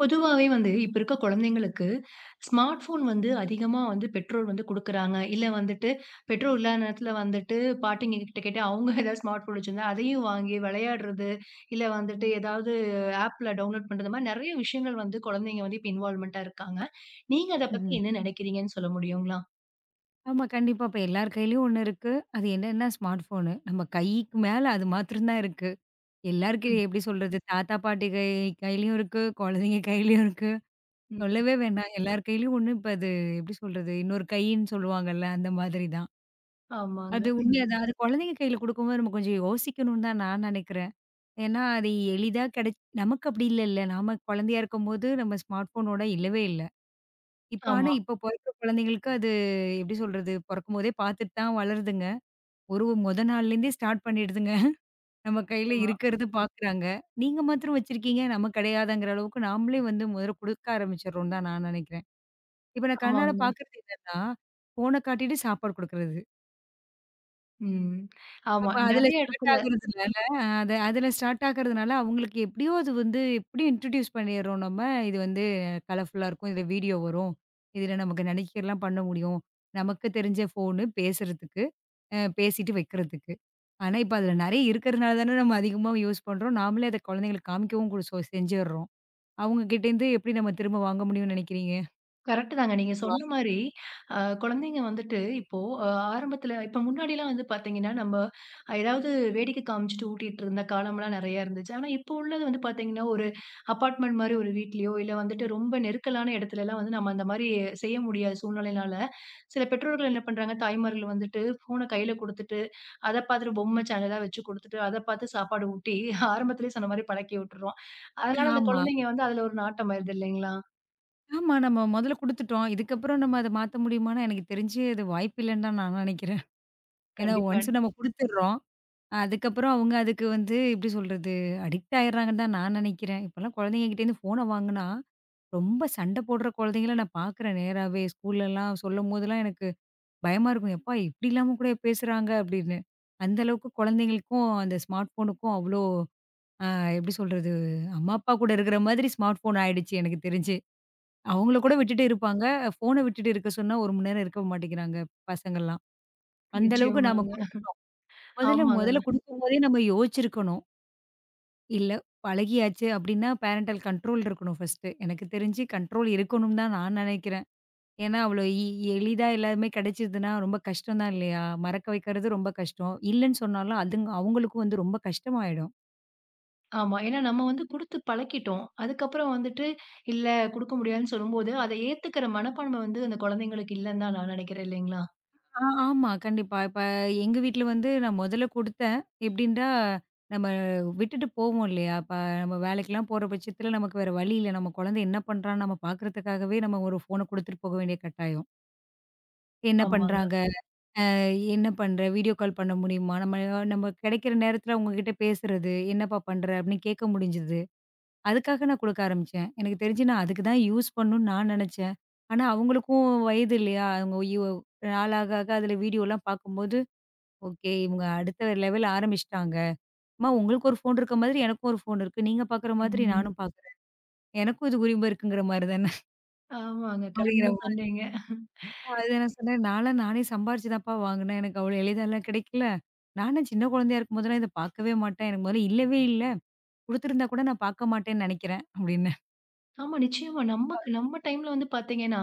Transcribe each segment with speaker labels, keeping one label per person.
Speaker 1: பொதுவாவே வந்து, இப்ப இருக்க குழந்தைங்களுக்கு ஸ்மார்ட் ஃபோன் வந்து அதிகமா வந்து பெற்றோர் வந்து குடுக்குறாங்க. இல்ல வந்துட்டு பெற்றோர் இல்லாத நேரத்துல வந்துட்டு பாட்டிங்க கிட்ட கேட்டு அவங்க ஏதாவது ஸ்மார்ட் ஃபோன் வச்சிருந்தா, அதையும் வாங்கி விளையாடுறது, இல்ல வந்துட்டு ஏதாவது ஆப்ல டவுன்லோட் பண்றது மாரி நெறைய விஷயங்கள் வந்து குழந்தைங்க வந்து இப்ப இன்வால்வ்மென்ட்டா இருக்காங்க. நீங்க அத பத்தி
Speaker 2: ம்ஹ்ம்.
Speaker 1: என்ன நினைக்கிறீங்கன்னு சொல்ல முடியுங்களா?
Speaker 2: ஆமா, கண்டிப்பா. இப்ப எல்லார் கையிலயும் ஒண்ணு இருக்கு. அது என்னன்னா ஸ்மார்ட் ஃபோனு. நம்ம கைக்கு மேல அது மாத்திரம் தான் இருக்கு. எல்லாருக்கு
Speaker 1: ம்,
Speaker 2: எப்படி சொல்றது? தாத்தா, பாட்டி கையிலயும் இருக்கு. குழந்தைங்க கையிலயும் இருக்கு.
Speaker 1: ம்.
Speaker 2: சொல்லவே வேண்டாம். எல்லார் கையிலயும் ஒண்ணு இப்ப அது எப்படி சொல்றது? இன்னொரு கைன்னு சொல்லுவாங்கல்ல, அந்த மாதிரி தான்.
Speaker 1: ஆமாங்க.
Speaker 2: அது உண்மையா தான். அது குழந்தைங்க கையில குடுக்கும்போது நம்ம கொஞ்சம் யோசிக்கணும்னு தான் நான் நெனைக்கிறேன். ஏன்னா, அது எளிதா நமக்கு அப்படி இல்லல்ல. நாம குழந்தையா இருக்கும்போது நம்ம ஸ்மார்ட் ஃபோனோட இல்லவே இல்ல. ஆனா
Speaker 1: ஆமா.
Speaker 2: இப்ப பொறக்கிற குழந்தைங்களுக்கு அது எப்படி சொல்றது? பொறக்கும்போதே பார்த்துட்டு தான் வளருதுங்க. ஒரு மொத நாள்லேருந்தே ஸ்டார்ட் பண்ணிடுதுங்க. நம்ம கையில
Speaker 1: நிச்சயமா.
Speaker 2: இருக்கிறது பார்க்குறாங்க. நீங்க மாத்திரம் வச்சிருக்கீங்க, நம்ம கிடையாதுங்கிற அளவுக்கு நாமளே வந்து முதல்ல குடுக்க ஆரம்பிச்சுடுறோம்னு தான் நான் நினைக்கிறேன். இப்ப நான் கண்ணால
Speaker 1: ஆமாங்க.
Speaker 2: பார்க்குறது என்னன்னா, ஃபோன காட்டிட்டு சாப்பாடு குடுக்குறது.
Speaker 1: ம். ஆமா.
Speaker 2: அப்ப அதுல
Speaker 1: நெறைய
Speaker 2: ஸ்டார்ட்
Speaker 1: இடத்துல
Speaker 2: ஆகுறதுனால அது அதுல ஸ்டார்ட் ஆகுறதுனால அவங்களுக்கு எப்படியோ அது வந்து எப்படியும் இன்ட்ரோடியூஸ் பண்ணிடுறோம் நம்ம. இது வந்து கலர்ஃபுல்லா இருக்கும். இதுல வீடியோ வரும். இதுல நமக்கு நினைக்கிறலாம் பண்ண முடியும். நமக்கு தெரிஞ்ச ஃபோனு பேசுறதுக்கு. பேசிட்டு வைக்கிறதுக்கு. ஆனா, இப்ப அதுல நெறைய இருக்கிறனால தானே நம்ம அதிகமா யூஸ் பண்றோம். நாமளே அத குழந்தைங்களுக்கு காமிக்கவும் கூட செஞ்சுர்றோம். அவங்க கிட்டேருந்து எப்படி நம்ம திரும்ப வாங்க முடியும்னு நெனைக்கிறீங்க?
Speaker 1: கரெக்ட் தாங்க. நீங்க சொன்ன மாரி, அ குழந்தைங்க வந்துட்டு இப்போ அ ஆரம்பத்தில இப்ப முன்னாடிலாம் வந்து பார்த்தீங்கன்னா, நம்ம ஏதாவது வேடிக்கை காமிச்சுட்டு ஊட்டிட்டு இருந்த காலம்லாம் நெறையா இருந்துச்சு. ஆனா, இப்போ உள்ளது வந்து பார்த்தீங்கன்னா, ஒரு அபார்ட்மெண்ட் மாரி ஒரு வீட்லயோ, இல்ல வந்துட்டு ரொம்ப நெருக்கலான இடத்துலலாம் வந்து நம்ம அந்த மாரி செய்ய முடியாத சூழ்நிலையினால, சில பெற்றோர்கள் என்ன பண்றாங்க, தாய்மார்கள் வந்துட்டு ஃபோன கையில குடுத்துட்டு, அத பார்த்துட்டு பொம்மை சேனலா வச்சு குடுத்துட்டு, அத பார்த்து சாப்பாடு ஊட்டி, ஆரம்பத்திலேயே சொன்ன மாரி பழக்கி விட்டுறோம். அதனால அந்த
Speaker 2: ஆமா.
Speaker 1: குழந்தைங்க வந்து அதில ஒரு நாட்டம் ஆயிருது இல்லைங்களா?
Speaker 2: ஆமா. நம்ம முதல்ல குடுத்துட்டோம். இதுக்கப்புறம் நம்ம அத மாத்த முடியுமான்னா, எனக்கு தெரிஞ்சு அது வாய்ப்பில்லன்னு தான் நான் நெனைக்கிறேன். ஏன்னா,
Speaker 1: கண்டிப்பா.
Speaker 2: ஒன்ஸ் நம்ம குடுத்துர்றோம். அதுக்கப்புறம் அவங்க அதுக்கு வந்து எப்படி சொல்றது? அடிக்ட் ஆயிடுறாங்கன்னு தான் நான் நெனைக்கிறேன். இப்பலாம் குழந்தைங்க கிட்டேருந்து ஃபோன வாங்குனா, ரொம்ப சண்டை போடுற குழந்தைங்கள நான் பார்க்குறேன் நேராவே. ஸ்கூல்லலாம் சொல்லும்போதெல்லாம் எனக்கு பயமா இருக்கும். "எப்பா! இப்படிலாமா கூட பேசுறாங்க?" அப்படின்னு. அந்த அளவுக்கு குழந்தைங்களுக்கும் அந்த ஸ்மார்ட் ஃபோனுக்கும் அவ்ளோ அ எப்படி சொல்றது? அம்மா, அப்பா கூட இருக்கிற மாதிரி ஸ்மார்ட் ஃபோன் ஆயிடுச்சு எனக்கு தெரிஞ்சு. அவங்கள கூட விட்டுட்டு இருப்பாங்க. ஃபோன விட்டுட்டு இருக்க சொன்னா 1 மணி நேரம் இருக்க மாட்டேங்கிறாங்க பசங்கள்லாம். அந்த அளவுக்கு நாம
Speaker 1: நிச்சயமாங்க.
Speaker 2: குடுத்து முதல்ல
Speaker 1: ஆமாங்க.
Speaker 2: முதல்ல குடுக்கும்போதே நம்ம யோசிச்சிருக்கணும். இல்ல பழகியாச்சு அப்படின்னா பேரன்டல் கண்ட்ரோல் இருக்கணும் ஃபர்ஸ்ட்டு. எனக்கு தெரிஞ்சு கண்ட்ரோல் இருக்கணும்னு தான் நான் நினைக்கிறேன். ஏன்னா, அவ்வளோ எளிதா எல்லாமே கிடைச்சதுன்னா, ரொம்ப கஷ்டம் தான் இல்லையா? மறக்க வைக்கிறது ரொம்ப கஷ்டம். இல்லன்னு சொன்னாலும் அவங்களுக்கும் வந்து ரொம்ப கஷ்டமாயிடும்.
Speaker 1: ஆமா. ஏன்னா நம்ம வந்து குடுத்து பழக்கிட்டோம். அதுக்கப்புறம் வந்துட்டு, இல்ல குடுக்க முடியாதுன்னு சொல்லும்போது, அத ஏத்துக்கிற மனப்பான்மை வந்து அந்த குழந்தைங்களுக்கு இல்லன்னு தான் நான் நினைக்கிறேன் இல்லைங்களா?
Speaker 2: ஆ ஆமா. கண்டிப்பா. இப்ப எங்க வீட்ல வந்து நான் முதல்ல குடுத்தேன். எப்படின்டா, நம்ம விட்டுட்டு போவோம் இல்லையா? இப்ப நம்ம வேலைக்கெல்லாம் போற பட்சத்தில நமக்கு வேற வழி இல்ல. நம்ம குழந்தை என்ன பண்றான்னு நம்ம பார்க்கறதுக்காகவே நம்ம ஒரு ஃபோன குடுத்துட்டு போக வேண்டிய கட்டாயம். என்ன
Speaker 1: ஆமாங்க.
Speaker 2: பண்றாங்க? என்ன பண்ற? வீடியோ கால் பண்ண முடியுமா? நம்ம நம்ம கிடைக்கிற நேரத்தில அவங்க கிட்ட பேசுறது, "என்னப்பா பண்ற?" அப்படின்னு கேட்க முடிஞ்சது. அதுக்காக நான் குடுக்க ஆரம்பிச்சேன். எனக்கு தெரிஞ்சு நான் அதுக்கு தான் யூஸ் பண்ணணும்னு நான் நெனச்சேன். ஆனா, அவங்களுக்கும் வயது இல்லையா? அவங்க நாளாக ஆக அதில வீடியோலாம் பார்க்கும்போது, ஓகே இவங்க அடுத்த லெவல் ஆரம்பிச்சுட்டாங்க. அம்மா உங்களுக்கு ஒரு ஃபோன் இருக்க மாதிரி எனக்கும் ஒரு ஃபோன் இருக்கு. நீங்க பார்க்குற மாதிரி
Speaker 1: ம்.
Speaker 2: நானும் பார்க்குறேன். எனக்கும் இதுக்கு உரிமை இருக்குங்கிற மாரி தானே
Speaker 1: ஆமாங்க. கரெக்ட்டா
Speaker 2: அப்படிங்கிற ம்.
Speaker 1: சொன்னீங்க.
Speaker 2: மாரி அது நான் சொன்னேன். நான்லாம் நானே சம்பாரிச்சு தான்ப்பா வாங்குனேன். எனக்கு அவ்வளோ எளிதாலாம் கிடைக்கல. நான்லாம் சின்ன குழந்தையா இருக்கும்போதெல்லாம் இத பார்க்கவே மாட்டேன். எனக்கு முதல்ல இல்லவே இல்ல. குடுத்துருந்தா கூட நான் பார்க்க மாட்டேன்னு நெனைக்கிறேன் அப்படின்னு.
Speaker 1: ஆமா நிச்சயமா. நமக்கு நம்ம டைம்ல வந்து பார்த்தீங்கன்னா,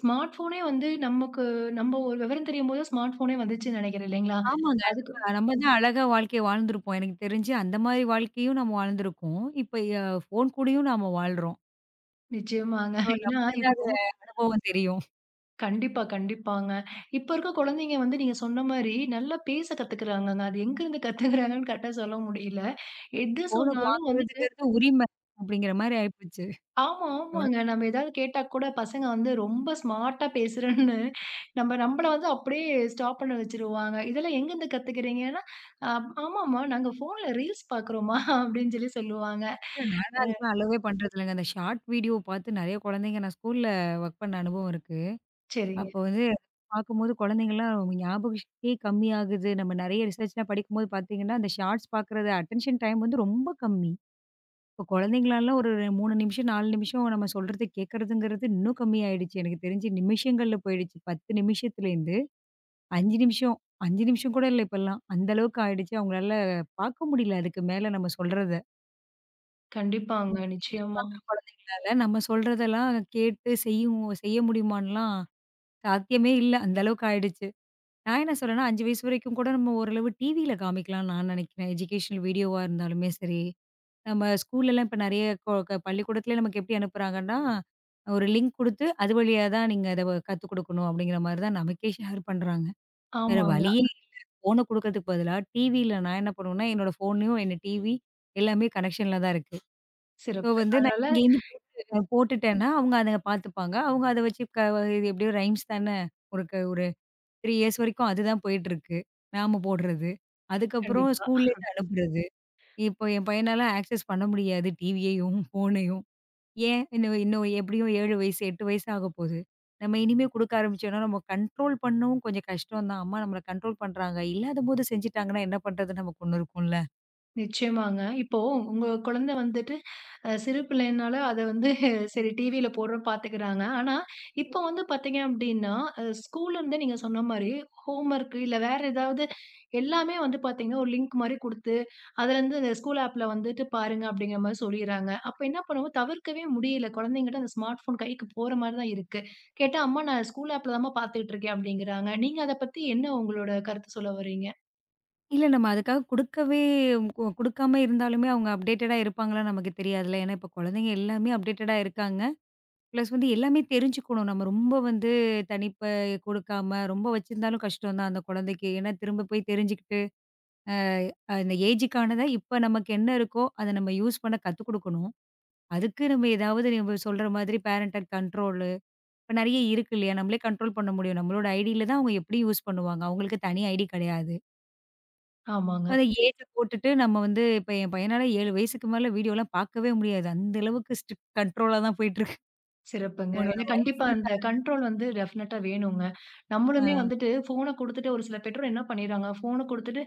Speaker 1: ஸ்மார்ட் ஃபோனே வந்து நமக்கு நம்ம ஒரு விவரம் தெரியும்போது ஸ்மார்ட் ஃபோனே வந்துச்சுன்னு நினைக்கிறேன் இல்லைங்களா?
Speaker 2: ஆமாங்க.
Speaker 1: அதுக்கு
Speaker 2: நம்ம நம்ம தான் அழகா வாழ்க்கைய வாழ்ந்திருப்போம். எனக்கு தெரிஞ்சு அந்த மாரி வாழ்க்கையும் நம்ம வாழ்ந்திருக்கோம். இப்ப ஃபோன் கூடயும் நாம வாழ்றோம்.
Speaker 1: நிச்சயமாங்க.
Speaker 2: சோ
Speaker 1: ஏன்னா
Speaker 2: நமக்கு தான்
Speaker 1: இப்போ
Speaker 2: அது அனுபவம் தெரியும்.
Speaker 1: கண்டிப்பா, கண்டிப்பாங்க. இப்ப இருக்க குழந்தைங்க வந்து நீங்க சொன்ன மாரி நல்லா பேச கத்துக்குறாங்கங்க. அது எங்கருந்து கத்துக்குறாங்கன்னு கரெக்ட்டா சொல்ல முடியல. எது
Speaker 2: ஃபோனுக்கு
Speaker 1: சொன்னாலும் வந்துட்டு
Speaker 2: வாங்குறதுங்கிறது உரிமை அப்படிங்கிற மாரி ஆயிப்போச்சு.
Speaker 1: ஆமா, ஆமாங்க.
Speaker 2: இவனுக்கு
Speaker 1: நம்ம ஏதாவது கேட்டா கூட பசங்க வந்து ரொம்ப ஸ்மார்ட்டா பேசுறேன்னு நம்மள வந்து அப்படியே ஸ்டாப் பண்ண வச்சுருவாங்க. இதெல்லாம் எங்கருந்து கத்துக்கிறீங்கன்னா, அ ஆமாம்மா நாங்க ஃபோன்ல ரீல்ஸ் பார்க்குறோம்மா அப்படின்னு சொல்லி சொல்லுவாங்க.
Speaker 2: நான்லாம் அதுக்கெல்லாம் அலோவே பண்றது இல்லங்க. அந்த ஷார்ட் வீடியோ பார்த்து நெறைய குழந்தைங்க நான் ஸ்கூல்ல ஒர்க் பண்ண அனுபவம் இருக்கு.
Speaker 1: சரிங்க.
Speaker 2: அப்போ வந்து பார்க்கும்போது குழந்தைங்கலாம் ஞாபக சக்தியே கம்மியாகுது. நம்ம நெறைய ரிசர்ச்லாம் படிக்கும்போது பார்த்தீங்கன்னா, அந்த ஷார்ட்ஸ் பார்க்குறது அட்டென்ஷன் டைம் வந்து ரொம்ப கம்மி. இப்போ குழந்தைங்களாலாம் ஒரு 3 நிமிஷம், 4 நிமிஷம் நம்ம சொல்றத கேட்கறதுங்கிறது இன்னும் கம்மியாயிடுச்சு. எனக்கு தெரிஞ்சு நிமிஷங்கள்ல போயிடுச்சு. 10 நிமிஷத்துலேருந்து 5 நிமிஷம் 5 நிமிஷம் கூட இல்ல இப்பல்லாம். அந்த அளவுக்கு ஆயிடுச்சு. அவங்களால பார்க்க முடியல அதுக்கு மேல நம்ம சொல்றத.
Speaker 1: கண்டிப்பாங்க.
Speaker 2: வீடியோ
Speaker 1: நிச்சயமா.
Speaker 2: பார்க்குற குழந்தைங்களால நம்ம சொல்றதெல்லாம் கேட்டு செய்ய முடியுமான்லாம் சாத்தியமே இல்ல. அந்த அளவுக்கு ஆயிடுச்சு. நான் என்ன சொல்றேன்னா 5 வயசு வரைக்கும் கூட நம்ம ஓரளவு டிவியில காமிக்கலாம்னு நான் நினைக்கிறேன். எஜுகேஷனல் வீடியோவா இருந்தாலுமே சரி. நம்ம ஸ்கூல்லலாம் இப்ப நெறைய கொ க பள்ளிக்கூடத்திலே நமக்கு எப்படி அனுப்புறாங்கன்னா, ஒரு லிங்க் குடுத்து, அது வழியா தான் நீங்க அத கத்துக் குடுக்கணும் அப்படிங்கிற மாரி தான் நமக்கே ஷேர் பண்றாங்க. வேற
Speaker 1: ஆமாங்க.
Speaker 2: வழியே இல்ல. ஃபோன குடுக்கறதுக்கு பதிலா டிவியில நான் என்ன பண்ணுவேன்னா, என்னோட ஃபோன்லயும் என்ன டிவி எல்லாமே கனெக்ஷன்ல தான் இருக்கு. ஸோ
Speaker 1: சிறப்பு.
Speaker 2: வந்து நான்
Speaker 1: அதனால
Speaker 2: இங்கேருந்து போட்டு போட்டுட்டேன்னா, அவங்க அத பார்த்துப்பாங்க. அவங்க அத வச்சு இது எப்படியோ ரைம்ஸ் தானே. ஒரு 3 இயர்ஸ் வரைக்கும் அதுதான் போயிட்டுருக்கு. நாம போடுறது. அதுக்கப்புறம்
Speaker 1: கண்டிப்பா.
Speaker 2: ஸ்கூல்லேருந்து அனுப்புறது. இப்போ என் பையனால ஆக்சஸ் பண்ண முடியாது டிவியையும், ஃபோனையும். ஏன்? இன்னும் இன்னும் எப்படியும் 7 வயசு, 8 வயசு ஆகப்போது. நம்ம இனிமே குடுக்க ஆரம்பிச்சோம்னா, நம்ம கண்ட்ரோல் பண்ணவும் கொஞ்சம் கஷ்டம் தான். அம்மா நம்மள கண்ட்ரோல் பண்றாங்க. இல்லாதபோது செஞ்சுட்டாங்கன்னா என்ன பண்றது நமக்கு ஒண்ணு இருக்கும்ல.
Speaker 1: நிச்சயமாங்க. இப்போ உங்க குழந்தை வந்துட்டு சிறு பிள்ளைனால அத வந்து சரி டிவில போடுறோம் பார்த்துக்கிறாங்க. ஆனா, இப்போ வந்து பார்த்தீங்க அப்டின்னா, ஸ்கூல்லேருந்தே நீங்க சொன்ன மாரி ஹோம் ஒர்க் இல்ல வேற ஏதாவது எல்லாமே வந்து பார்த்தீங்கன்னா, ஒரு லிங்க் மாரி குடுத்து, அதுலேருந்து இந்த ஸ்கூல் ஆப்ல வந்துட்டு பாருங்க அப்படிங்கிற மாரி சொல்லிர்றாங்க. அப்ப என்ன பண்ணுவோம் தவிர்க்கவே முடியல. குழந்தைங்கட்ட அந்த ஸ்மார்ட் ஃபோன் கைக்கு போற மாரி தான் இருக்கு. கேட்டா, "அம்மா நான் ஸ்கூல் ஆப்ல தாம்மா பார்த்துக்கிட்டு இருக்கேன்" அப்படிங்கிறாங்க. நீங்க அத பத்தி என்ன உங்களோட கருத்து சொல்ல வர்றீங்க?
Speaker 2: இல்ல நம்ம அதுக்காக குடுக்கவே குடுக்காம இருந்தாலுமே அவங்க அப்டேட்டடா இருப்பாங்களான்னு நமக்கு தெரியாதுல்ல. ஏன்னா, இப்ப குழந்தைங்க எல்லாமே அப்டேட்டடா இருக்காங்க. பிளஸ் வந்து எல்லாமே தெரிஞ்சுக்கணும். நம்ம ரொம்ப வந்து தனிப்ப குடுக்காம ரொம்ப வச்சிருந்தாலும் கஷ்டம் தான் அந்த குழந்தைக்கு. ஏன்னா, திரும்ப போய் தெரிஞ்சுக்கிட்டு அ அந்த ஏஜுக்கானத இப்ப நமக்கு என்ன இருக்கோ, அத நம்ம யூஸ் பண்ண கத்துக் குடுக்கணும். அதுக்கு நம்ம ஏதாவது நம்ம சொல்ற மாதிரி பேரண்டல் கண்ட்ரோலு இப்ப நெறைய இருக்கு இல்லையா? நம்மளே கண்ட்ரோல் பண்ண முடியும். நம்மளோட ஐடியில தான் அவங்க எப்படி யூஸ் பண்ணுவாங்க. அவங்களுக்கு தனி ஐடி கிடையாது.
Speaker 1: ஆமாங்க.
Speaker 2: அத ஏஜ போட்டுட்டு நம்ம வந்து இப்ப என் பையனால 7 வயசுக்கு மேல வீடியோலாம் பார்க்கவே முடியாது. அந்த அளவுக்கு ஸ்ட்ரிக்ட் கண்ட்ரோலா தான் போயிட்டுருக்கு.
Speaker 1: சிறப்புங்க.
Speaker 2: உன்னோட
Speaker 1: ஏன்னா கண்டிப்பா
Speaker 2: வயசு
Speaker 1: அந்த கண்ட்ரோல் வந்து டெஃபினட்டா வேணுங்க.
Speaker 2: ஆ
Speaker 1: நம்மளுமே வந்துட்டு ஃபோன குடுத்துட்டு ஒரு சில பெற்றோர் என்ன பண்ணிர்றாங்க, ஃபோன குடுத்துட்டு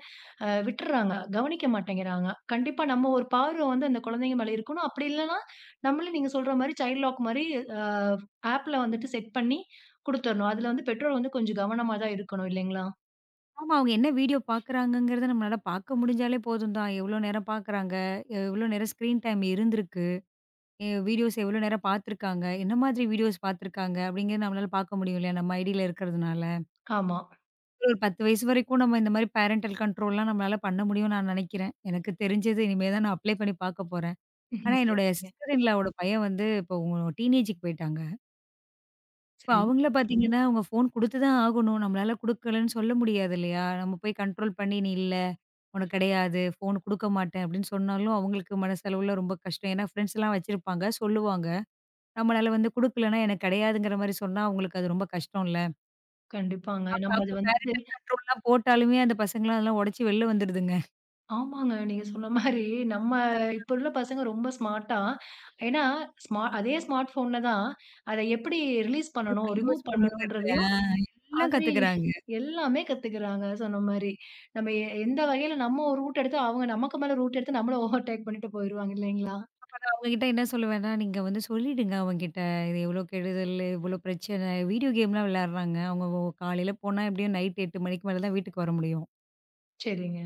Speaker 1: விட்டுர்றாங்க. கவனிக்க மாட்டேங்கிறாங்க. கண்டிப்பா நம்ம ஒரு பார்வ வந்து அந்த குழந்தைங்க மேல இருக்கணும். அப்படி இல்லன்னா, நம்மளே நீங்க சொல்ற மாரி சைல்ட் லாக் மாரி அ ஆப்ல வந்துட்டு செட் பண்ணி குடுத்துரணும். அதுல வந்து பெற்றோர் வந்து கொஞ்சம் கவனமா தான் இருக்கணும் இல்லைங்களா?
Speaker 2: ஆமா அவங்க என்ன வீடியோ பார்க்குறாங்கங்கிறத நம்மளால பார்க்க முடிஞ்சாலே போதும் தான். எவ்வளோ நேரம் பார்க்குறாங்க? எவ்வளோ நேரம் ஸ்க்ரீன் டைம் இருந்திருக்கு? வீடியோஸ் எவ்வளோ நேரம் பார்த்துருக்காங்க? என்ன மாதிரி வீடியோஸ் பார்த்துருக்காங்க? அப்படிங்கிறது நம்மளால பார்க்க முடியும் இல்லையா? நம்ம ஐடியில இருக்கிறதுனால.
Speaker 1: ஆமா.
Speaker 2: ஒரு 10 வயசு வரைக்கும் நம்ம இந்த மாரி பேரன்டல் கண்ட்ரோல்லாம் நம்மளால பண்ண முடியும்னு நான் நினைக்கிறேன். எனக்கு தெரிஞ்சது இனிமே தான் நான் அப்ளை பண்ணி பார்க்க போறேன். ஆனா
Speaker 1: ம்ஹ்ம்.
Speaker 2: என்னோட
Speaker 1: சரிங்க.
Speaker 2: சிஸ்டர் இன் லாவோட பையன் வந்து இப்போ அவங்க டீனேஜ்க்கு போயிட்டாங்க. இப்போ
Speaker 1: சரி.
Speaker 2: அவங்கள பார்த்தீங்கன்னா, அவங்க ஃபோன் குடுத்து தான் ஆகணும். நம்மளால குடுக்கலன்னு சொல்ல முடியாது இல்லையா? நம்ம போய் கண்ட்ரோல் பண்ணி, "நீ இல்ல, உனக்கு கிடையாது. ஃபோன் குடுக்க மாட்டேன்" அப்படின்னு சொன்னாலும் அவங்களுக்கு மனசளவுல ரொம்ப கஷ்டம். ஏன்னா ஃப்ரெண்ட்ஸ்லாம் வச்சிருப்பாங்க, சொல்லுவாங்க. நம்மளால வந்து குடுக்கலன்னா, எனக்கு கிடையாதுங்கிற மாரி சொன்னா, அவங்களுக்கு அது ரொம்ப கஷ்டம்ல.
Speaker 1: கண்டிப்பாங்க.
Speaker 2: அப்ப
Speaker 1: நம்ம அது
Speaker 2: அப்ப
Speaker 1: வந்து
Speaker 2: பேரண்டல் கண்ட்ரோல்லாம் போட்டாலுமே, அந்த பசங்கலாம் அதெல்லாம் உடைச்சு வெளில வந்துடுதுங்க.
Speaker 1: ஆமாங்க. நீங்க சொன்ன மாரி நம்ம இப்ப உள்ள பசங்க ரொம்ப ஸ்மார்ட்டா ஏன்னா, அதே ஸ்மார்ட் ஃபோன்ல தான் அத எப்படி ரிலீஸ் பண்ணணும்,
Speaker 2: எப்படி
Speaker 1: ரிமூவ்
Speaker 2: யூஸ் பண்ணணுங்கிறது.
Speaker 1: பண்ணணுன்றதையும்
Speaker 2: எல்லாம்
Speaker 1: அதுவே
Speaker 2: கத்துக்குறாங்க.
Speaker 1: எல்லாமே கத்துக்குறாங்க சொன்ன மாரி. நம்ம எந்த வகையில நம்ம ஒரு ரூட் எடுத்தா, அவங்க நமக்கு மேல ரூட் எடுத்து நம்மள ஓவர்டேக் பண்ணிட்டு போயிருவாங்க இல்லைங்களா?
Speaker 2: அப்ப நான் அவங்ககிட்ட என்ன சொல்லுவேன்னா, நீங்க வந்து சொல்லிடுங்க அவங்கிட்ட. இது எவ்வளோ கெடுதல், இவ்வளோ பிரச்சனை. வீடியோ கேம்லாம் விளையாடுறாங்க. அவங்க காலையில போனா எப்படியும் நைட் 8 மணிக்கு மேல தான் வீட்டுக்கு வர முடியும்.
Speaker 1: சரிங்க.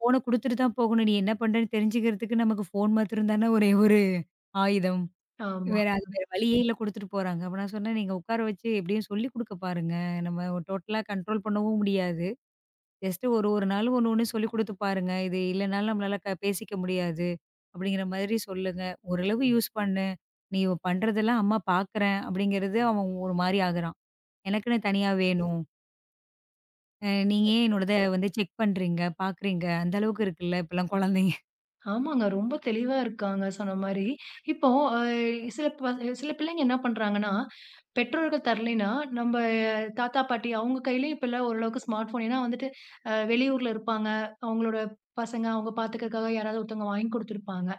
Speaker 2: ஃபோன குடுத்துட்டு தான் போகணும். நீ என்ன பண்றன்னு தெரிஞ்சுக்கிறதுக்கு நமக்கு ஃபோன் மாத்திரம் தானே ஒரே ஒரு ஆயுதம்.
Speaker 1: ஆமா.
Speaker 2: வேற வழியே இல்ல குடுத்துட்டு போறாங்க. அப்ப நான் சொன்னேன், "நீங்க உட்கார வச்சு எப்படியும் சொல்லிக் குடுக்க பாருங்க. நம்ம டோட்டலா கண்ட்ரோல் பண்ணவும் முடியாது. ஜஸ்ட் ஒரு ஒரு நாள் ஒண்ணு ஒண்ணு சொல்லிக் குடுத்து பாருங்க. இது இல்லனாலும் நம்மளால பேசிக்க முடியாது." அப்படிங்கிற மாதிரி சொல்லுங்க. "ஓரளவு யூஸ் பண்ணு. நீ இவ பண்றதெல்லாம் அம்மா பார்க்குறேன்." அப்படிங்கிறது அவன் ஒரு மாரி ஆகுறான். "எனக்குன்னு தனியா வேணும். நீங்க ஏன் என்னோடத வந்து செக் பண்றீங்க? பார்க்குறீங்க? அந்த அளவுக்கு இருக்குல்ல இப்பலாம் குழந்தைங்க."
Speaker 1: ஆமாங்க. ரொம்ப தெளிவா இருக்காங்க சொன்ன மாரி. இப்போ அ சில ப சில பிள்ளைங்க என்ன பண்றாங்கன்னா, பெற்றோர்கள் தரலைன்னா, நம்ப தாத்தா, பாட்டி அவங்க கையிலயும் இப்பல்லாம் ஓரளவுக்கு ஸ்மார்ட் ஃபோன். ஏன்னா வந்துட்டு வெளியூர்ல இருப்பாங்க. அவங்களோட பசங்க அவங்க பாத்துக்கறக்காக யாராவது ஒருத்தவங்க வாங்கி குடுத்துருப்பாங்க.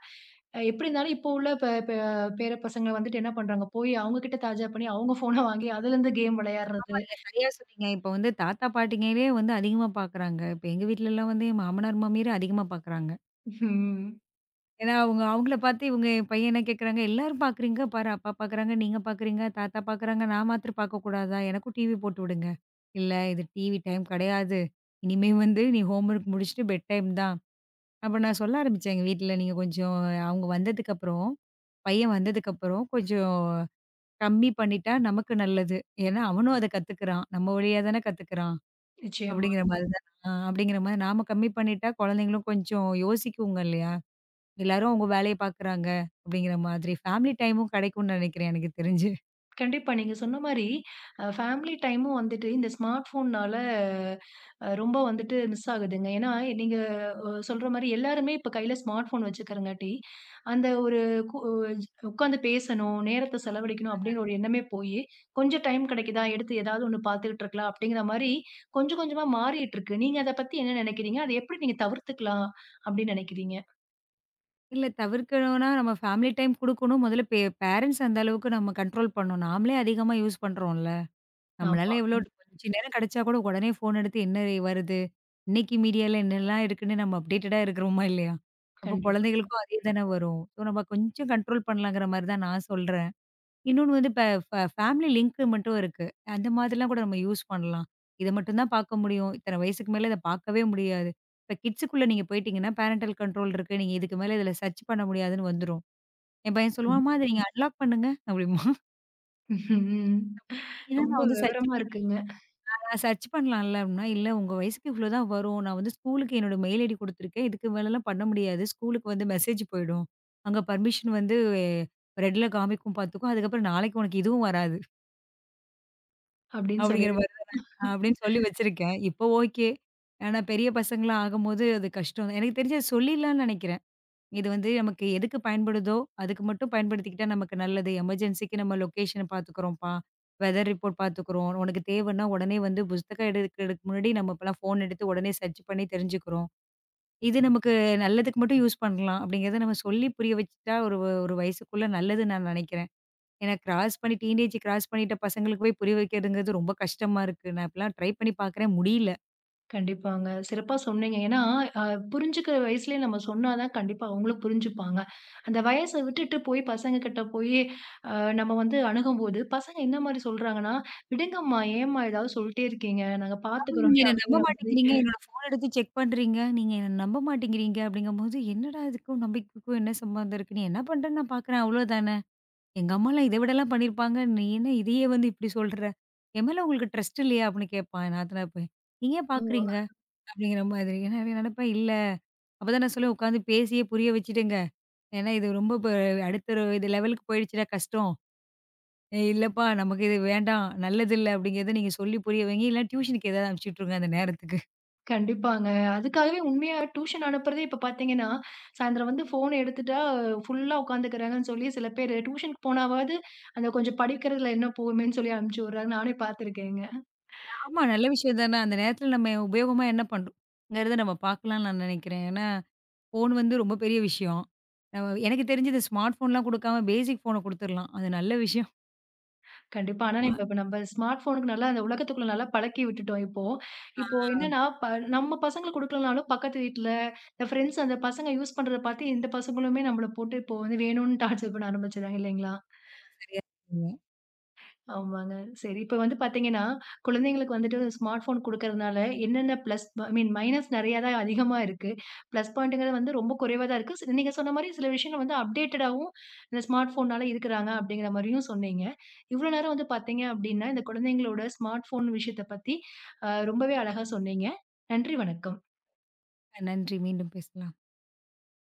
Speaker 1: எப்படி இருந்தாலும் இப்போ உள்ள ப ப பேர பசங்க வந்துட்டு என்ன பண்றாங்க, போய் அவங்க கிட்ட தாஜா பண்ணி அவங்க ஃபோன வாங்கி அதுலருந்து கேம் விளையாடுறது.
Speaker 2: நீங்க சரியா சொன்னீங்க. இப்ப வந்து தாத்தா, பாட்டிங்களே வந்து அதிகமா பார்க்குறாங்க. இப்ப எங்க வீட்லலாம் வந்து என் மாமனார், மாமியார் அதிகமா பார்க்குறாங்க.
Speaker 1: ம்.
Speaker 2: ஏன்னா அவங்க அவங்கள பார்த்து இவங்க என் பையன் என்ன கேட்குறாங்க, "எல்லாரும் பார்க்குறீங்க பாரு. அப்பா பார்க்குறாங்க, நீங்க பார்க்குறீங்க, தாத்தா பார்க்குறாங்க. நான் மாத்திரம் பார்க்கக்கூடாதா? எனக்கும் டிவி போட்டு விடுங்க." "இல்ல இது டிவி டைம் கிடையாது. இனிமே வந்து நீ ஹோம் ஒர்க் முடிச்சுட்டு பெட் டைம் தான்." அப்ப நான் சொல்ல ஆரம்பிச்சேன் எங்க வீட்ல, "நீங்க கொஞ்சம் அவங்க வந்ததுக்கப்புறம் பையன் வந்ததுக்கப்புறம் கொஞ்சம் கம்மி பண்ணிட்டா நமக்கு நல்லது. ஏன்னா அவனும் அத கத்துக்கிறான். நம்ம வழியா தானே கத்துக்கிறான்."
Speaker 1: நிச்சயமா.
Speaker 2: அப்படிங்கிற மாரி தான். அப்படிங்கிற மாரி நாம கம்மி பண்ணிட்டா, குழந்தைங்களும் கொஞ்சம் யோசிக்குங்க இல்லையா? எல்லாரும் அவங்க வேலைய பார்க்குறாங்க அப்படிங்கிற மாதிரி. ஃபேமிலி டைமும் கிடைக்கும்னு நினைக்கிறேன் எனக்கு தெரிஞ்சு.
Speaker 1: கண்டிப்பா. நீங்க சொன்ன மாரி ஃபேமிலி டைமும் வந்துட்டு இந்த ஸ்மார்ட் ஃபோன்னால ரொம்ப வந்துட்டு மிஸ் ஆகுதுங்க. ஏன்னா, நீங்க சொல்ற மாரி எல்லாருமே இப்ப கையில ஸ்மார்ட் ஃபோன் வச்சுக்கிறங்காட்டி, அந்த ஒரு கு உட்காந்து பேசணும், நேரத்த செலவழிக்கணும் அப்டிங்கிற ஒரு எண்ணமே போயி, கொஞ்சம் டைம் கிடைக்குதா, எடுத்து ஏதாவது ஒண்ணு பார்த்துக்கிட்டு இருக்கலாம் அப்டிங்கிற மாரி கொஞ்சம் கொஞ்சமா மாறிட்டுருக்கு. நீங்க அத பத்தி என்ன நெனைக்கிறீங்க? அத எப்படி நீங்க தவிர்த்துக்கலாம் அப்டின்னு நெனைக்கிறீங்க?
Speaker 2: இல்ல தவிர்க்கணும்னா நம்ம ஃபேமிலி டைம் குடுக்கணும். முதல்ல பேரண்ட்ஸ் அந்த அளவுக்கு நம்ம கண்ட்ரோல் பண்ணணும். நாமளே அதிகமா யூஸ் பண்றோம்ல.
Speaker 1: ஆமா,
Speaker 2: நம்மளால எவ்வளோ கொஞ்ச நேரம் கிடைச்சா கூட உடனே ஃபோன் எடுத்து என்ன வருது? இன்னைக்கு மீடியால என்னலாம் இருக்குன்னு நம்ம அப்டேட்டடா இருக்கிறோமா இல்லையா? அப்போ
Speaker 1: கண்டிப்பா.
Speaker 2: குழந்தைகளுக்கும் அதே தானே வரும். ஸோ நம்ம கொஞ்சம் கண்ட்ரோல் பண்ணலாங்கிற மாரி தான் நான் சொல்றேன். இன்னொன்னு வந்து இப்ப ஃபேமிலி லிங்க்கு மட்டும் இருக்கு. அந்த மாதிரிலாம் கூட நம்ம யூஸ் பண்ணலாம். இத மட்டும் தான் பார்க்க முடியும். இத்தன வயசுக்கு மேல இத பார்க்கவே முடியாது. இப்ப கிட்ஸுக்குள்ள நீங்க போயிட்டீங்கன்னா, பேரன்டல் கண்ட்ரோல் இருக்கு. நீங்க இதுக்கு மேல இதுல சர்ச் பண்ண முடியாதுன்னு வந்துரும். என் பையன் சொல்லுவான், அம்மா இத நீங்க அன்லாக் பண்ணுங்க அப்படிம்பான்.
Speaker 1: ம்.
Speaker 2: அத பண்ணிட்டீங்கன்னா
Speaker 1: ரொம்ப
Speaker 2: நான் வந்து சர்ச்
Speaker 1: விவரமா
Speaker 2: பண்ணலாம்.
Speaker 1: இருக்குங்க.
Speaker 2: நான் சர்ச் பண்ணலாம்ல அப்படின்னா, இல்ல உங்க வயசுக்கு இவ்வளோ தான் வரும். நான் வந்து ஸ்கூலுக்கு என்னோட மெயில் ஐடி குடுத்துருக்கேன். இதுக்கு மேலலாம் பண்ண முடியாது. ஸ்கூலுக்கு வந்து மெசேஜ் போயிடும். அங்க பர்மிஷன் வந்து ரெட்ல காமிக்கும் பார்த்துக்கோ. அதுக்கப்புறம் நாளைக்கு உனக்கு இதுவும் வராது.
Speaker 1: அப்டின்னு சொல்லி
Speaker 2: அப்படிங்கிற மாரி தான் நான் அப்படின்னு சொல்லி வச்சிருக்கேன். இப்போ ஓகே. ஆனா பெரிய பசங்கலாம் ஆகும்போது அது கஷ்டம். எனக்கு தெரிஞ்சு அது சொல்லிடலாம்னு நெனைக்கிறேன். இது வந்து நமக்கு எதுக்கு பயன்படுதோ, அதுக்கு மட்டும் பயன்படுத்திக்கிட்டா நமக்கு நல்லது. எமர்ஜென்சிக்கு நம்ம லொகேஷன பார்த்துக்குறோம்ப்பா. வெதர் ரிப்போர்ட் பார்த்துக்குறோம். உனக்கு தேவைன்னா உடனே வந்து புஸ்தகம் எடுக்கிறதுக்கு முன்னாடி நம்ம இப்பலாம் ஃபோன் எடுத்து உடனே சர்ச் பண்ணி தெரிஞ்சுக்கிறோம். இது நமக்கு நல்லதுக்கு மட்டும் யூஸ் பண்ணலாம். அப்படிங்கிறத நம்ம சொல்லி புரிய வச்சுட்டா ஒரு ஒரு வயசுக்குள்ள நல்லதுன்னு நான் நெனைக்கிறேன். ஏன்னா கிராஸ் பண்ணி டீனேஜ் கிராஸ் பண்ணிட்ட பசங்களுக்கு போய் புரிய வைக்கிறதுங்கிறது ரொம்ப கஷ்டமா இருக்கு. நான் இப்பலாம் ட்ரை பண்ணி பார்க்குறேன் முடியல.
Speaker 1: கண்டிப்பாங்க. சிறப்பா சொன்னீங்க. ஏன்னா, அ புரிஞ்சுக்கிற வயசுலயே நம்ம சொன்னா தான் கண்டிப்பா அவங்களும் புரிஞ்சுப்பாங்க. அந்த வயச விட்டுட்டு போய் பசங்க கிட்ட போயி, அ நம்ம வந்து அணுகும்போது, பசங்க என்ன மாரி சொல்றாங்கன்னா, "விடுங்கம்மா, ஏம்மா ஏதாவது சொல்ட்டே இருக்கீங்க? நாங்க
Speaker 2: ஆமா. நீங்க
Speaker 1: பார்த்துக்கிறோமே"
Speaker 2: என்ன நம்ப
Speaker 1: அப்படிங்கிற மாரி
Speaker 2: மாட்டேங்கிறீங்க. ம். என்னோட ஃபோன் எடுத்து செக் பண்றீங்க. நீங்க என்ன நம்ப மாட்டேங்கிறீங்க அப்படிங்கும்போது, என்னடா இதுக்கும் நம்பிக்கைக்கும் என்ன சம்பந்தம் இருக்கு? நீ என்ன பண்றன்னு நான் பார்க்குறேன் அவ்வளோதானே. எங்க அம்மாலாம் இத விடலாம் பண்ணியிருப்பாங்க. நீ என்ன இதையே வந்து இப்படி சொல்ற? என் மேல உங்களுக்கு ட்ரஸ்ட் இல்லையா? அப்படின்னு கேட்பான் என் நாத்தனார் பையன். நீங்க ஏன்
Speaker 1: ஆமா.
Speaker 2: பார்க்குறீங்க? அப்படிங்கிற மாதிரி. ஏன்னா நான் நினைப்பேன் இல்ல. அப்பதான் நான் சொல்லுவேன் உட்காந்து பேசியே புரிய வச்சுட்டேங்க. ஏன்னா இது ரொம்ப இப்ப அடுத்த ஒரு இது லெவலுக்கு போயிடுச்சுடா கஷ்டம். ஏய் இல்லப்பா நமக்கு இது வேண்டாம். நல்லதில்ல அப்படிங்கிறத நீங்க சொல்லி புரிய வைங்க. இல்லன்னா டியூஷனுக்கு ஏதாவது அனுப்பிச்சு விட்ருங்க அந்த நேரத்துக்கு.
Speaker 1: கண்டிப்பாங்க. அதுக்காகவே உண்மையா டியூஷன் அனுப்புறதே இப்ப பார்த்தீங்கன்னா, சாயந்தரம் வந்து ஃபோன் எடுத்துட்டா ஃபுல்லா உட்காந்துக்கிறாங்கன்னு சொல்லி சில பேரு டியூஷனுக்கு போனாவாவது, அந்த கொஞ்சம் படிக்கிறதுல என்ன போகுமேன்னு சொல்லி அனுப்பிச்சு விடுறாங்க. நானே பார்த்துருக்கேங்க.
Speaker 2: ஆமா நல்ல விஷயம் தானே. அந்த நேரத்துல நம்ம உபயோகமா என்ன பண்றோம்ங்கிறத நம்ம பார்க்கலாம்னு நான் நினைக்கிறேன். ஏன்னா, ஃபோன் வந்து ரொம்ப பெரிய விஷயம். நம்ம எனக்கு தெரிஞ்சு இந்த ஸ்மார்ட் ஃபோன்லாம் குடுக்காம ஃபோன குடுத்துரலாம். அது நல்ல விஷயம்.
Speaker 1: கண்டிப்பா. ஆனா, இப்ப இப்ப நம்ம ஸ்மார்ட் ஃபோனுக்கு நல்லா அந்த உலகத்துக்குள்ள நல்லா பழக்கி விட்டுட்டோம் இப்போ. இப்போ என்னன்னா, நம்ம பசங்களுக்கு குடுக்கலனாலும் பக்கத்து வீட்ல, இந்த ஃப்ரெண்ட்ஸ் அந்த பசங்க யூஸ் பண்றத பாத்து, இந்த பசங்களுமே நம்மள போட்டு இப்போ வந்து வேணும்னு டார்ச்சர் பண்ண ஆரம்பிச்சுடுறாங்க இல்லைங்களா?
Speaker 2: சரியா சொன்னீங்க.
Speaker 1: ஆமாங்க. சரி. இப்ப வந்து பார்த்தீங்கன்னா, குழந்தைங்களுக்கு வந்துட்டு ஸ்மார்ட் ஃபோன் குடுக்கறதுனால என்னென்ன பிளஸ் ஐ மீன் மைனஸ் நெறையா தான் அதிகமா இருக்கு. பிளஸ் பாயிண்ட்ங்கிறது வந்து ரொம்ப குறைவா தான் இருக்கு. நீங்க சொன்ன மாரி சில விஷயங்கள் வந்து அப்டேட்டடாவும் இந்த ஸ்மார்ட் ஃபோனால இருக்கிறாங்க அப்படிங்கிற மாரியும் சொன்னீங்க. இவ்வளோ நேரம் வந்து பார்த்தீங்க அப்படின்னா, இந்த குழந்தைங்களோட ஸ்மார்ட் ஃபோன் விஷயத்த பத்தி ரொம்பவே அழகா சொன்னீங்க. நன்றி, வணக்கம்.
Speaker 2: நன்றி. மீண்டும் பேசலாம்.